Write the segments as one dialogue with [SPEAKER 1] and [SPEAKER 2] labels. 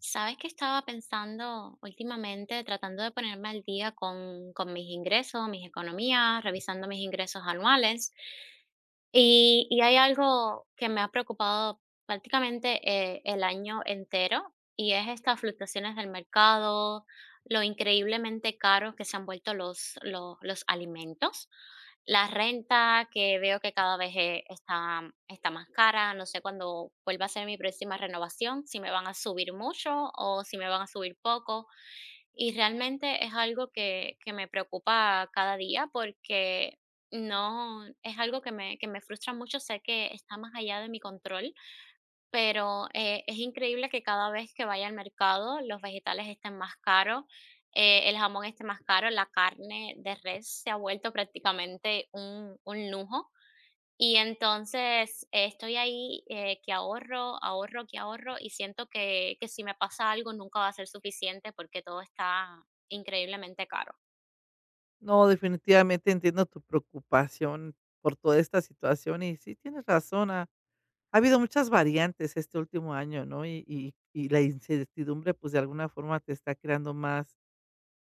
[SPEAKER 1] Sabes que estaba pensando últimamente, tratando de ponerme al día con mis ingresos, mis economías, revisando mis ingresos anuales. Y hay algo que me ha preocupado prácticamente, el año entero, y es estas fluctuaciones del mercado, lo increíblemente caros que se han vuelto los alimentos, la renta, que veo que cada vez, está más cara, no sé cuándo vuelva a ser mi próxima renovación, si me van a subir mucho o si me van a subir poco. Y realmente es algo que me preocupa cada día porque no, es algo que me frustra mucho, sé que está más allá de mi control, pero es increíble que cada vez que vaya al mercado los vegetales estén más caros, el jamón esté más caro, la carne de res se ha vuelto prácticamente un lujo. Y entonces estoy ahí que ahorro, ahorro, que ahorro y siento que si me pasa algo nunca va a ser suficiente porque todo está increíblemente caro.
[SPEAKER 2] No, definitivamente entiendo tu preocupación por toda esta situación y sí tienes razón, ha habido muchas variantes este último año, ¿no? Y la incertidumbre, pues de alguna forma te está creando más,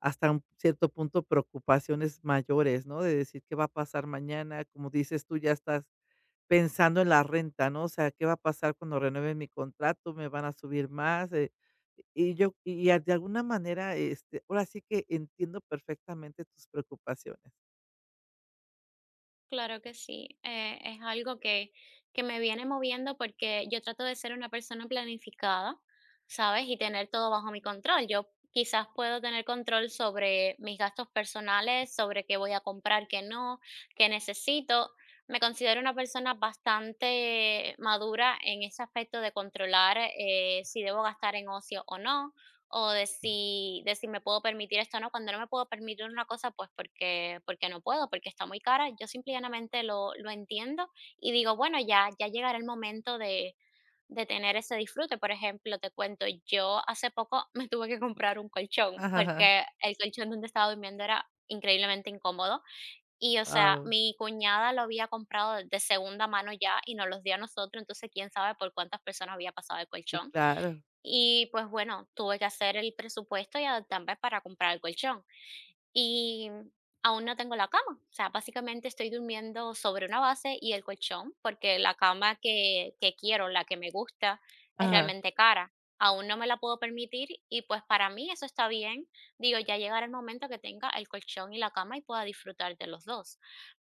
[SPEAKER 2] hasta un cierto punto, preocupaciones mayores, ¿no? De decir qué va a pasar mañana, como dices tú, ya estás pensando en la renta, ¿no? O sea, ¿qué va a pasar cuando renueve mi contrato? ¿Me van a subir más? Y yo, y de alguna manera, ahora sí que entiendo perfectamente tus preocupaciones.
[SPEAKER 1] Claro que sí, es algo que me viene moviendo porque yo trato de ser una persona planificada, ¿sabes? Y tener todo bajo mi control. Yo quizás puedo tener control sobre mis gastos personales, sobre qué voy a comprar, qué no, qué necesito. Me considero una persona bastante madura en ese aspecto de controlar, si debo gastar en ocio o no o de si me puedo permitir esto o no. Cuando no me puedo permitir una cosa, pues porque no puedo, porque está muy cara, yo simplemente lo entiendo y digo, bueno, ya llegará el momento de tener ese disfrute. Por ejemplo, te cuento, yo hace poco me tuve que comprar un colchón,
[SPEAKER 2] Ajá, ajá.
[SPEAKER 1] porque el colchón donde estaba durmiendo era increíblemente incómodo y, o sea,
[SPEAKER 2] Wao.
[SPEAKER 1] mi cuñada lo había comprado de segunda mano ya y nos los dio a nosotros, entonces quién sabe por cuántas personas había pasado el
[SPEAKER 2] Sí,
[SPEAKER 1] colchón.
[SPEAKER 2] claro.
[SPEAKER 1] Y pues bueno, tuve que hacer el presupuesto y adaptarme para comprar el colchón. Y aún no tengo la cama. O sea, básicamente estoy durmiendo sobre una base y el colchón, porque la cama que quiero, la que me gusta, es
[SPEAKER 2] Ajá.
[SPEAKER 1] realmente cara. Aún no me la puedo permitir y pues para mí eso está bien. Digo, ya llegará el momento que tenga el colchón y la cama y pueda disfrutar de los dos,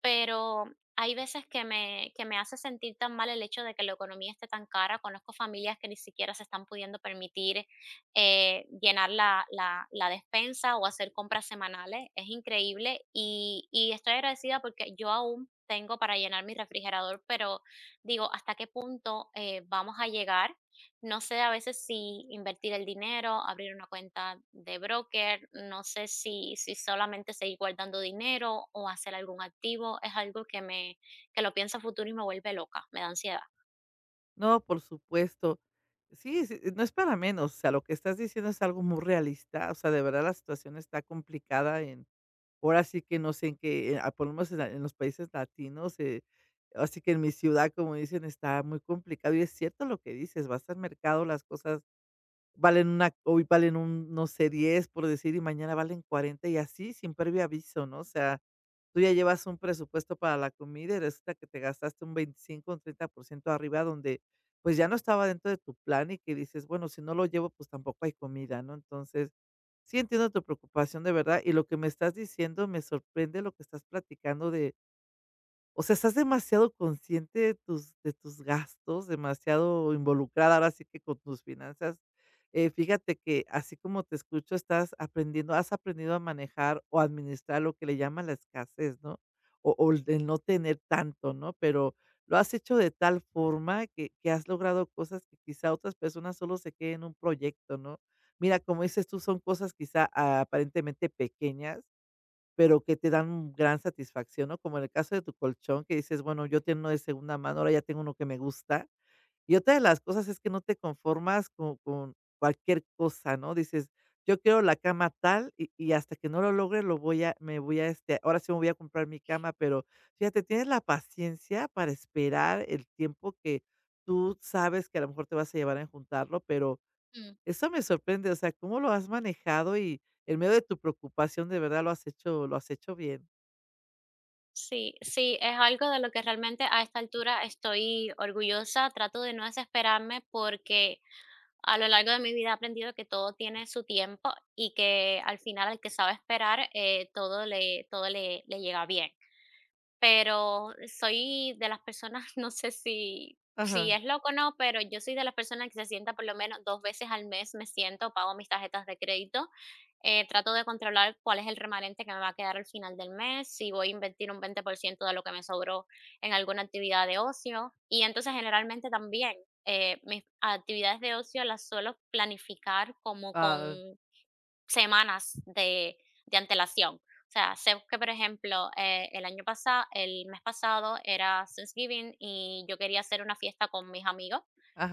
[SPEAKER 1] pero hay veces que me hace sentir tan mal el hecho de que la economía esté tan cara. Conozco familias que ni siquiera se están pudiendo permitir, llenar la despensa o hacer compras semanales. Es increíble y estoy agradecida porque yo aún tengo para llenar mi refrigerador, pero digo, ¿hasta qué punto vamos a llegar? No sé a veces si invertir el dinero, abrir una cuenta de broker, no sé si solamente seguir guardando dinero o hacer algún activo, es algo que lo pienso a futuro y me vuelve loca, me da ansiedad.
[SPEAKER 2] No, por supuesto. Sí, sí, no es para menos. O sea, lo que estás diciendo es algo muy realista. O sea, de verdad la situación está complicada en ahora sí que no sé en qué, por lo menos en los países latinos, así que en mi ciudad, como dicen, está muy complicado. Y es cierto lo que dices, vas al mercado, las cosas valen una hoy valen un, no sé, 10 por decir, y mañana valen 40 y así sin previo aviso, ¿no? O sea, tú ya llevas un presupuesto para la comida y resulta que te gastaste un 25, un 30% arriba donde, pues, ya no estaba dentro de tu plan y que dices: "Bueno, si no lo llevo, pues, tampoco hay comida", ¿no? Entonces, sí entiendo tu preocupación de verdad, y lo que me estás diciendo me sorprende lo que estás platicando de o sea, estás demasiado consciente de tus gastos, demasiado involucrada ahora sí que con tus finanzas. Fíjate que así como te escucho, estás aprendiendo has aprendido a manejar o administrar lo que le llaman la escasez, ¿no? O el de no tener tanto, ¿no? Pero lo has hecho de tal forma que has logrado cosas que quizá otras personas solo se queden en un proyecto, ¿no? Mira, como dices tú, son cosas quizá aparentemente pequeñas, pero que te dan gran satisfacción, ¿no? Como en el caso de tu colchón, que dices: "Bueno, yo tengo uno de segunda mano, ahora ya tengo uno que me gusta". Y otra de las cosas es que no te conformas con cualquier cosa, ¿no? Dices: "Yo quiero la cama tal, y hasta que no lo logre, lo voy a me voy a, ahora sí me voy a comprar mi cama". Pero fíjate, tienes la paciencia para esperar el tiempo que tú sabes que a lo mejor te vas a llevar a juntarlo, pero eso me sorprende, o sea, cómo lo has manejado y en medio de tu preocupación de verdad lo has hecho bien.
[SPEAKER 1] Sí, sí, es algo de lo que realmente a esta altura estoy orgullosa. Trato de no desesperarme porque a lo largo de mi vida he aprendido que todo tiene su tiempo y que al final al que sabe esperar, todo le llega bien. Pero soy de las personas, no sé si
[SPEAKER 2] Ajá,
[SPEAKER 1] es loco o no, pero yo soy de las personas que se sienta por lo menos 2 veces al mes, me siento, pago mis tarjetas de crédito, trato de controlar cuál es el remanente que me va a quedar al final del mes, si voy a invertir un 20% de lo que me sobró en alguna actividad de ocio. Y entonces, generalmente también, mis actividades de ocio las suelo planificar como con
[SPEAKER 2] guau,
[SPEAKER 1] semanas de antelación. O sea, sé que, por ejemplo, el año pasado, el mes pasado era Thanksgiving y yo quería hacer una fiesta con mis amigos.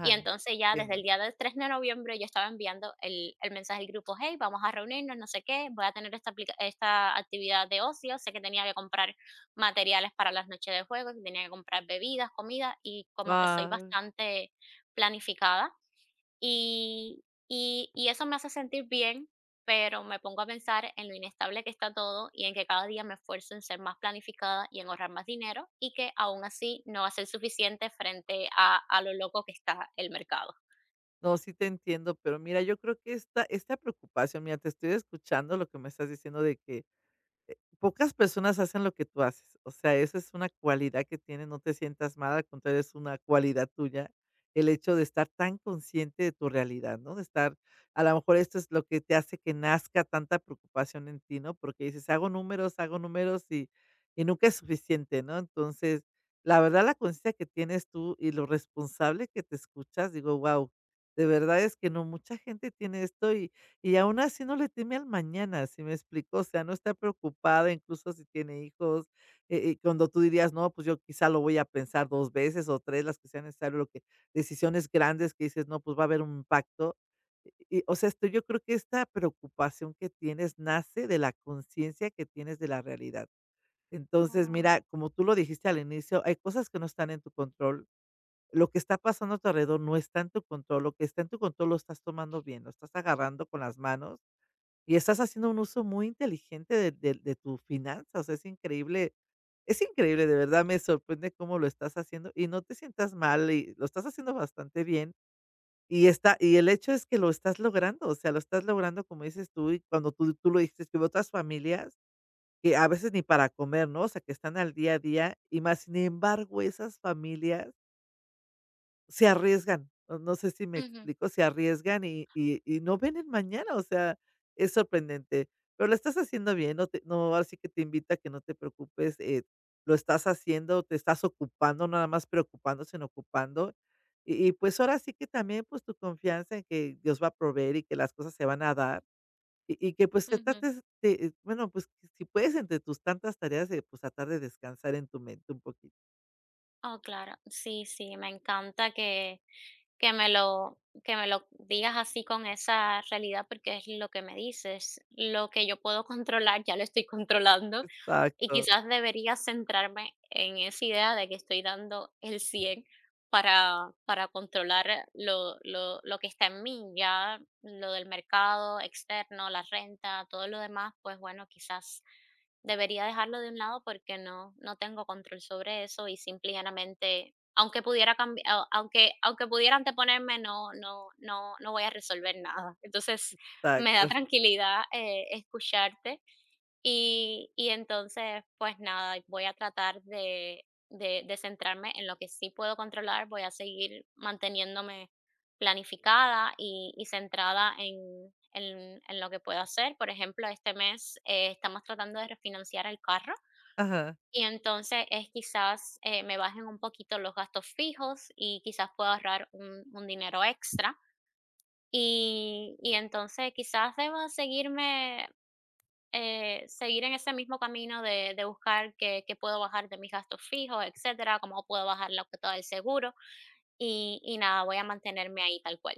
[SPEAKER 1] Y entonces ya desde
[SPEAKER 2] entiendo.
[SPEAKER 1] el día del 3 de noviembre yo estaba enviando el mensaje al grupo, hey, vamos a reunirnos, no sé qué, voy a tener esta actividad de ocio, sé que tenía que comprar materiales para las noches de juego, que tenía que comprar bebidas, comida, y como que soy
[SPEAKER 2] Guau.
[SPEAKER 1] bastante planificada, y y eso me hace sentir bien, pero me pongo a pensar en lo inestable que está todo y en que cada día me esfuerzo en ser más planificada y en ahorrar más dinero, y que aún así no va a ser suficiente frente a lo loco que está el mercado.
[SPEAKER 2] No, sí te entiendo, pero mira, yo creo que esta preocupación, mira, te estoy escuchando lo que me estás diciendo de que pocas personas hacen lo que tú haces, o sea, esa es una cualidad que tienes, no te sientas mal, al contrario, es una cualidad tuya, el hecho de estar tan consciente de tu realidad, ¿no? De estar, a lo mejor esto es lo que te hace que nazca tanta preocupación en ti, ¿no? Porque dices, hago números y nunca es suficiente, ¿no? Entonces, la verdad, la conciencia que tienes tú y lo responsable que te escuchas, digo, wow, de verdad es que no mucha gente tiene esto y aún así no le teme al mañana, ¿sí me explico? O sea, no está preocupada, incluso si tiene hijos, cuando tú dirías: "No, pues yo quizá lo voy a pensar 2 veces o 3, las que sea necesario", lo que decisiones grandes que dices: "No, pues va a haber un impacto". Y, o sea, esto yo creo que esta preocupación que tienes nace de la conciencia que tienes de la realidad. Entonces,
[SPEAKER 1] Oh.
[SPEAKER 2] mira, como tú lo dijiste al inicio, hay cosas que no están en tu control. Lo que está pasando a tu alrededor no está en tu control, lo que está en tu control lo estás tomando bien, lo estás agarrando con las manos y estás haciendo un uso muy inteligente de tus finanzas, es increíble, de verdad me sorprende cómo lo estás haciendo y no te sientas mal, y lo estás haciendo bastante bien, y el hecho es que lo estás logrando, o sea, lo estás logrando, como dices tú, y cuando tú lo dijiste, que veo otras familias que a veces ni para comer, ¿no? O sea, que están al día a día y más sin embargo, esas familias se arriesgan, no sé si me
[SPEAKER 1] Ujú,
[SPEAKER 2] explico, se arriesgan y no ven el mañana, o sea, es sorprendente, pero lo estás haciendo bien, no, ahora sí que te invito a que no te preocupes, lo estás haciendo, te estás ocupando, no nada más preocupando, sino ocupando, y pues ahora sí que también, pues, tu confianza en que Dios va a proveer y que las cosas se van a dar, y que, pues, que
[SPEAKER 1] ujú.
[SPEAKER 2] trates de, bueno, pues, que si puedes entre tus tantas tareas, pues, tratar de descansar en tu mente un poquito.
[SPEAKER 1] Oh, claro. Sí, sí, me encanta que me lo digas así con esa realidad, porque es lo que me dices. Lo que yo puedo controlar, ya lo estoy controlando. Y
[SPEAKER 2] Exacto,
[SPEAKER 1] quizás debería centrarme en esa idea de que estoy dando el 100, para controlar lo que está en mí. Ya lo del mercado externo, la renta, todo lo demás, pues bueno, quizás debería dejarlo de un lado porque no, no tengo control sobre eso y simplemente, aunque pudiera cambiar, aunque pudiera anteponerme, no, no, no, no voy a resolver nada. Entonces, me da
[SPEAKER 2] exacto.
[SPEAKER 1] tranquilidad, escucharte. Y entonces, pues nada, voy a tratar de centrarme en lo que sí puedo controlar, voy a seguir manteniéndome planificada y centrada en lo que puedo hacer. Por ejemplo, este mes estamos tratando de refinanciar el carro
[SPEAKER 2] Ajá.
[SPEAKER 1] y entonces es quizás, me bajen un poquito los gastos fijos y quizás pueda ahorrar un dinero extra. Y entonces quizás deba seguir en ese mismo camino de buscar qué puedo bajar de mis gastos fijos, etcétera, cómo puedo bajar la cuota del seguro, y nada, voy a mantenerme ahí tal cual.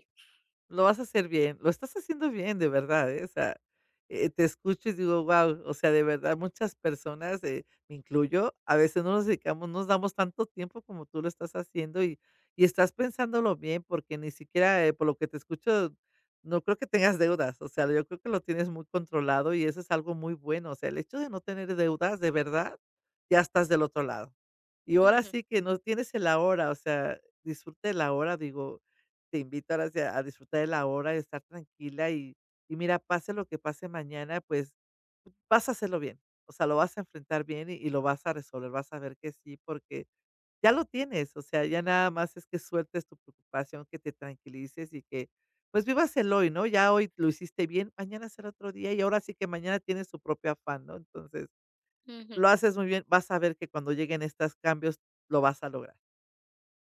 [SPEAKER 2] Lo vas a hacer bien, lo estás haciendo bien, de verdad, ¿eh? O sea, te escucho y digo, wow, o sea, de verdad, muchas personas, me incluyo, a veces no nos dedicamos, no nos damos tanto tiempo como tú lo estás haciendo y estás pensándolo bien, porque ni siquiera, por lo que te escucho, no creo que tengas deudas, o sea, yo creo que lo tienes muy controlado y eso es algo muy bueno, o sea, el hecho de no tener deudas, de verdad, ya estás del otro lado. Y ahora
[SPEAKER 1] Ujú,
[SPEAKER 2] sí que no tienes el ahora, o sea, disfruta el ahora, digo, te invito ahora sí a disfrutar de la hora, de estar tranquila y mira, pase lo que pase mañana, pues, vas a hacerlo bien. O sea, lo vas a enfrentar bien y lo vas a resolver, vas a ver que sí, porque ya lo tienes, o sea, ya nada más es que sueltes tu preocupación, que te tranquilices y que, pues, vivas el hoy, ¿no? Ya hoy lo hiciste bien, mañana será otro día y ahora sí que mañana tienes tu propio afán, ¿no? Entonces,
[SPEAKER 1] ujú.
[SPEAKER 2] lo haces muy bien, vas a ver que cuando lleguen estos cambios lo vas a lograr.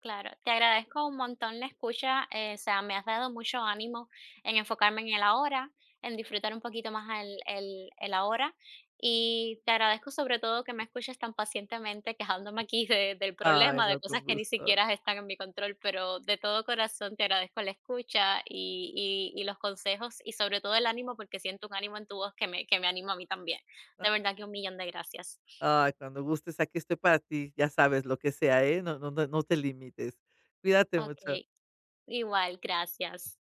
[SPEAKER 1] Claro, te agradezco un montón la escucha, o sea, me has dado mucho ánimo en enfocarme en el ahora, en disfrutar un poquito más el ahora, y te agradezco sobre todo que me escuches tan pacientemente quejándome aquí del
[SPEAKER 2] Ay,
[SPEAKER 1] problema, de
[SPEAKER 2] no,
[SPEAKER 1] cosas
[SPEAKER 2] con
[SPEAKER 1] que ni
[SPEAKER 2] gusto.
[SPEAKER 1] siquiera están en mi control, pero de todo corazón te agradezco la escucha y los consejos y sobre todo el ánimo porque siento un ánimo en tu voz que me anima a mí también. De verdad que un millón de gracias.
[SPEAKER 2] Ay, cuando gustes, aquí estoy para ti, ya sabes, lo que sea, ¿eh? No, no, no, no te limites. Cuídate mucho.
[SPEAKER 1] Ok, igual, gracias.